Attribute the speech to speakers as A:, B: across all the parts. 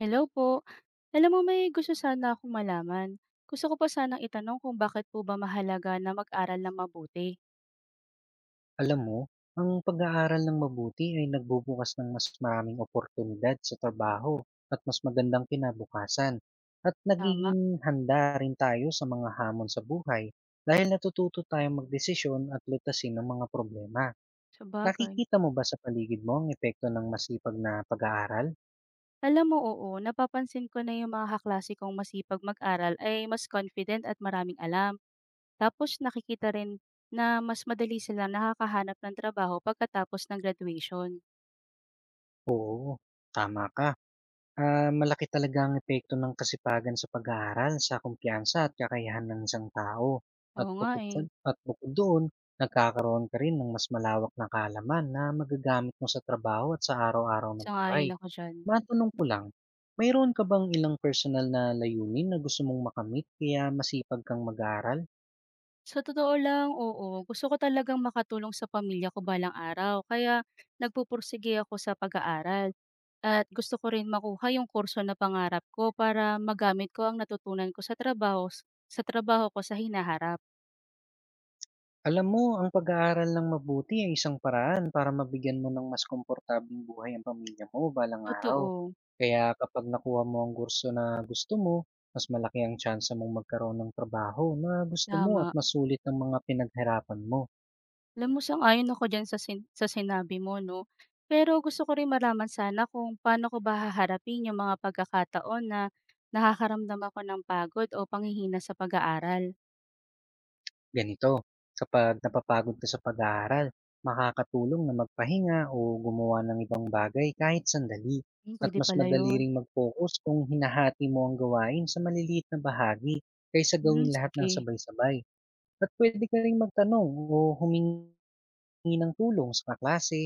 A: Hello po. Alam mo, may gusto sana akong malaman. Gusto ko pa sanang itanong kung bakit po ba mahalaga na mag-aral ng mabuti.
B: Alam mo, ang pag-aaral ng mabuti ay nagbubukas ng mas maraming oportunidad sa trabaho at mas magandang kinabukasan. At
A: Tama,
B: nagiging handa rin tayo sa mga hamon sa buhay, dahil natututo tayong magdesisyon at lutasin ng mga problema.
A: sabagay.
B: Nakikita mo ba sa paligid mo ang epekto ng masipag na pag-aaral?
A: Alam mo, oo, napapansin ko na yung mga kaklase kong masipag mag-aral ay mas confident at maraming alam. Tapos nakikita rin na mas madali silang nakakahanap ng trabaho pagkatapos ng graduation.
B: Oo, tama ka. Ah, malaki talaga ang epekto ng kasipagan sa pag-aaral sa kumpiyansa at kakayahan ng isang tao. At
A: Oo nga
B: bukod,
A: eh,
B: sa- at bukod doon, nagkakaroon ka rin ng mas malawak na kaalaman na magagamit mo sa trabaho at sa araw-araw na buhay.
A: sangayon ako dyan.
B: Matanong ko lang, mayroon ka bang ilang personal na layunin na gusto mong makamit kaya masipag kang mag-aaral?
A: Sa totoo lang, oo. Gusto ko talagang makatulong sa pamilya ko balang araw kaya nagpupursige ako sa pag-aaral at gusto ko rin makuha yung kurso na pangarap ko para magamit ko ang natutunan ko sa trabaho ko sa hinaharap.
B: Alam mo, ang pag-aaral ng mabuti ay isang paraan para mabigyan mo ng mas komportabling buhay ang pamilya mo balang araw.
A: Totoo,
B: Kaya kapag nakuha mo ang kurso na gusto mo, mas malaki ang tsansa mong magkaroon ng trabaho na gusto mo at
A: tama.
B: masulit ang mga pinaghirapan mo.
A: Alam mo, sang-ayon ako diyan sa sinabi mo 'no. Pero gusto ko rin malaman sana kung paano ko ba haharapin yung mga pagkakataon na nakakaramdam ako ng pagod o panghihina sa pag-aaral.
B: Ganito, kapag napapagod ka sa pag-aaral, makakatulong na magpahinga o gumawa ng ibang bagay kahit sandali, at
A: Puwede
B: mas
A: pala
B: madali
A: yun.
B: ring mag-focus kung hinahati mo ang gawain sa maliliit na bahagi kaysa
A: Hmm,
B: gawin lahat ng
A: sige.
B: sabay-sabay. At pwede ka rin magtanong o humingi ng tulong sa kaklase,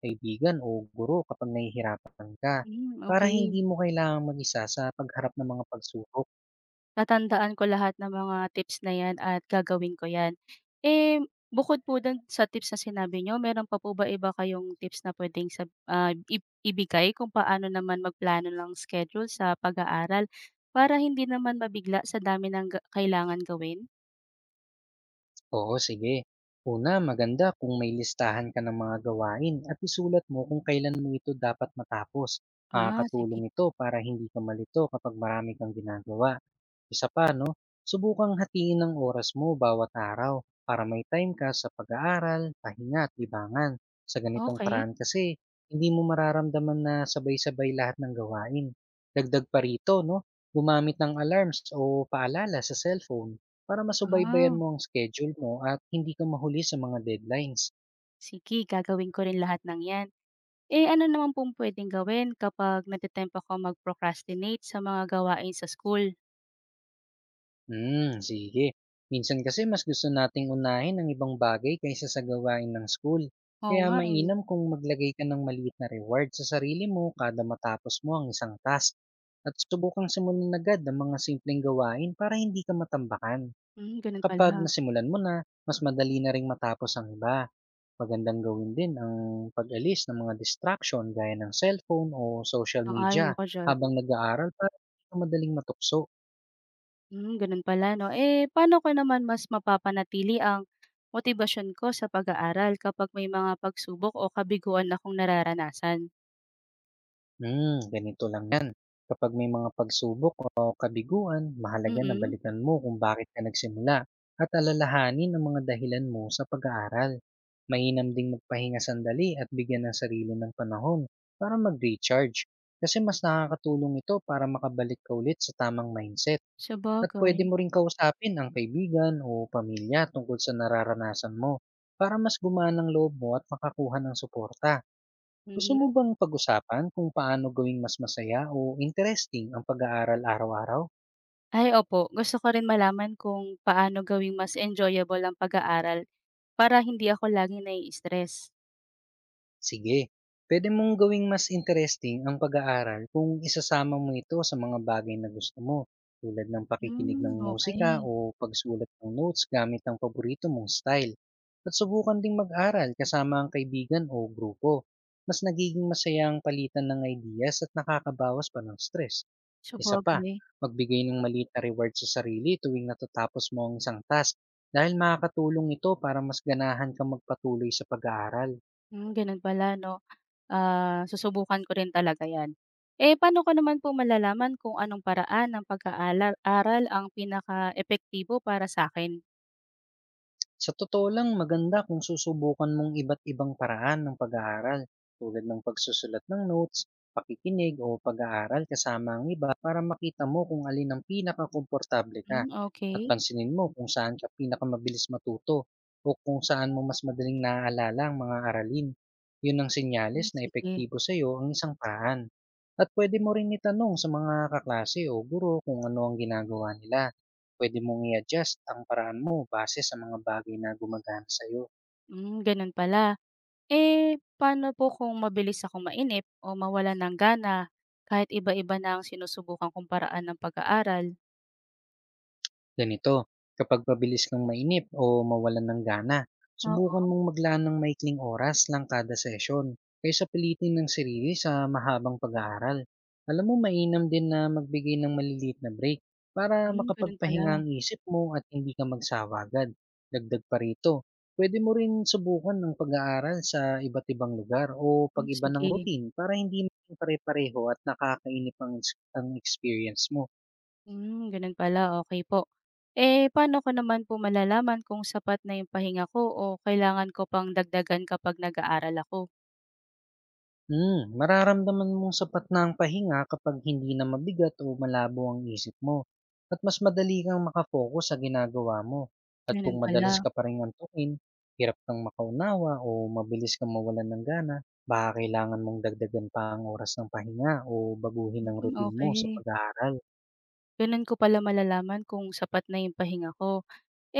B: kaibigan o guro kapag nahihirapan ka,
A: Hmm,
B: para
A: okay.
B: hindi mo kailangang mag-isa sa pagharap ng mga pagsubok.
A: Tatandaan ko lahat ng mga tips na 'yan at gagawin ko 'yan. Eh, bukod po do'n sa tips na sinabi nyo meron pa po ba iba kayong tips na puwedeng sab ah, ib ibigay kung paano naman magplano ng schedule sa pag-aaral para hindi naman mabigla sa dami ng kailangan gawin?
B: Oo, sige. Una, maganda kung may listahan ka ng mga gawain at isulat mo kung kailan mo ito dapat matapos.
A: Ah, sige.
B: Makakatulong ito para hindi ka malito kapag marami kang ginagawa. Isa pa, no? Subukang hatiin ang oras mo bawat araw para may time ka sa pag-aaral, pahinga at libangan. Sa ganitong
A: Okay.
B: paraan kasi, hindi mo mararamdaman na sabay-sabay lahat ng gawain. Dagdag pa rito, no? Gumamit ng alarms o paalala sa cellphone para masubaybayan
A: Ah,
B: mo ang schedule mo at hindi ka mahuli sa mga deadlines.
A: sige, gagawin ko rin lahat ng 'yan. Eh, ano naman pong puwedeng gawin kapag nate-tempt ako mag-procrastinate sa mga gawain sa school?
B: Hmm, sige. Minsan kasi mas gusto nating unahin ang ibang bagay kaysa sa gawain ng school.
A: Oo
B: Kaya
A: nga, eh.
B: mainam kung maglagay ka ng maliit na reward sa sarili mo kada matapos mo ang isang task. At subukang simulan agad ang mga simpleng gawain para hindi ka matambakan.
A: Gano'n
B: Kapag
A: pala.
B: nasimulan mo na, mas madali na ring matapos ang iba. Magandang gawin din ang pag-alis ng mga distraction gaya ng cellphone o social
A: Sang-ayon
B: media
A: ako diyan.
B: habang nag-aaral para hindi ka madaling matukso.
A: Gano'n pala 'no. Eh, paano ko naman mas mapapanatili ang motibasyon ko sa pag-aaral kapag may mga pagsubok o kabiguan akong nararanasan?
B: Ganito lang yan. Kapag may mga pagsubok o kabiguan, mahalaga na
A: Mm,
B: balikan mo kung bakit ka nagsimula at alalahanin ang mga dahilan mo sa pag-aaral. Mainam ding magpahinga sandali at bigyan ng sarili ng panahon para mag-recharge, kasi mas nakakatulong ito para makabalik ka ulit sa tamang mindset. At
A: sabagay.
B: pwede mo ring kausapin ang kaibigan o pamilya tungkol sa nararanasan mo para mas gumaan ang loob mo at makakuha ng suporta. Gusto
A: Mhm.
B: mo bang pag-usapan kung paano gawing mas masaya o interesting ang pag-aaral araw-araw?
A: Ay, opo. Gusto ko rin malaman kung paano gawing mas enjoyable ang pag-aaral para hindi ako laging nai-stress.
B: Sige, pwede mong gawing mas interesting ang pag-aaral kung isasama mo ito sa mga bagay na gusto mo, tulad ng pakikinig ng
A: Hmm,
B: musika
A: okey.
B: o pagsulat ng notes gamit ang paborito mong style. At subukan ding mag-aral kasama ang kaibigan o grupo. Mas nagiging masaya ang palitan ng ideas at nakakabawas pa ng stress. Isa pa,
A: Sabagay.
B: magbigay ng maliit na reward sa sarili tuwing natatapos mo ang isang task dahil makakatulong ito para mas ganahan kang magpatuloy sa pag-aaral.
A: Gano'n pala 'no. Ah, susubukan ko rin talaga 'yan. Eh, paano ko naman po malalaman kung anong paraan ng pag aaral ang epektibo para sa'kin?
B: Sa totoo lang, maganda kung susubukan mong iba't ibang paraan ng pag-aaral, tulad ng pagsusulat ng notes, pakikinig o pag-aaral kasama ang iba para makita mo kung alin ang pinakakomportable ka,
A: Hmm,
B: at
A: okay.
B: pansinin mo kung saan ka pinakamabilis matuto o kung saan mo mas madaling naaalala ang mga aralin. Yun ang senyales
A: Hmm,
B: na
A: sige.
B: epektibo sa iyo ang isang paraan. At pwede mo rin itanong sa mga kaklase o guro kung ano ang ginagawa nila. Puwede mong i-adjust ang paraan mo base sa mga bagay na gumagana sa'yo.
A: Gano'n pala. Eh, paano po kung mabilis akong mainip o mawala ng gana kahit iba-iba na ang sinusubukan kong paraan ng pag-aaral?
B: Ganito, kapag pabilis kang mainip o mawalan ng gana, subukan
A: Oo.
B: mong maglaan ng maikling oras lang kada sesyon kaysa pilitin ng sarili sa mahabang pag-aaral. Alam mo, mainam din na magbigay ng maliliit na break para
A: Gano'n pala.
B: makapagpahinga ang isip mo at hindi ka magsawa agad. Dagdag pa rito, pwede mo rin subukan ng pag-aaral sa iba't ibang lugar o
A: Hmm,
B: pag-iba ng
A: sige.
B: routine para hindi maging pare-pareho at nakakainip ang experience mo.
A: Hmm, gano'n pala, okay po. Eh, paano ko naman po malalaman kung sapat na 'yung pahinga ko o kailangan ko pang dagdagan kapag nag-aaral ako?
B: Mararamdaman mong sapat na ang pahinga kapag hindi na mabigat o malabo ang isip mo at mas madali kang makapokus sa ginagawa mo. At kung
A: Gano'n pala.
B: madalas ka pa rin antukin, hirap kang makaunawa o mabilis kang mawalan ng gana, baka kailangan mong dagdagan pa ang oras ng pahinga o baguhin ang
A: Hmm,
B: routine mo sa
A: okey.
B: pag-aaral.
A: Gano'n ko pala malalaman kung sapat na 'yung pahinga ko.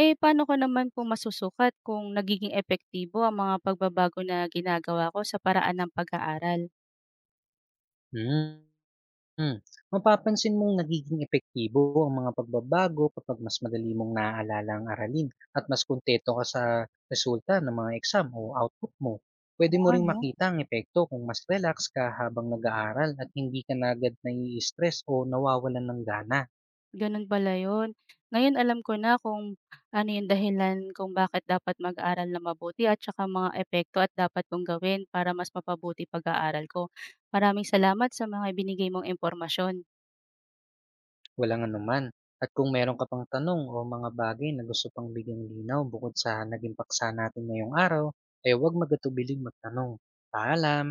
A: Eh, paano ko naman po masusukat kung nagiging epektibo ang mga pagbabago na ginagawa ko sa paraan ng pag-aaral?
B: Hmm. Hmm, Mapapansin mong nagiging epektibo ang mga pagbabago kapag mas madali mong naaalala ang aralin at mas kontento ka sa resulta ng mga exam o output mo.
A: Oo
B: Pwede mo
A: nga
B: ring
A: 'no.
B: makita ang epekto kung mas relax ka habang nag-aaral at hindi ka na agad nai-stress o nawawalan ng gana.
A: Gano'n pala 'yun. Ngayon alam ko na kung ano 'yung dahilan kung bakit dapat mag-aral ng mabuti at saka mga epekto at dapat kong gawin para mas mapabuti pag-aaral ko. Maraming salamat sa mga ibinigay mong impormasyon.
B: Walang anuman. At kung meron ka pang tanong o mga bagay na gusto pang bigyang linaw bukod sa naging paksa natin ngayong araw, ay huwag magatubiling magtanong. Paalam!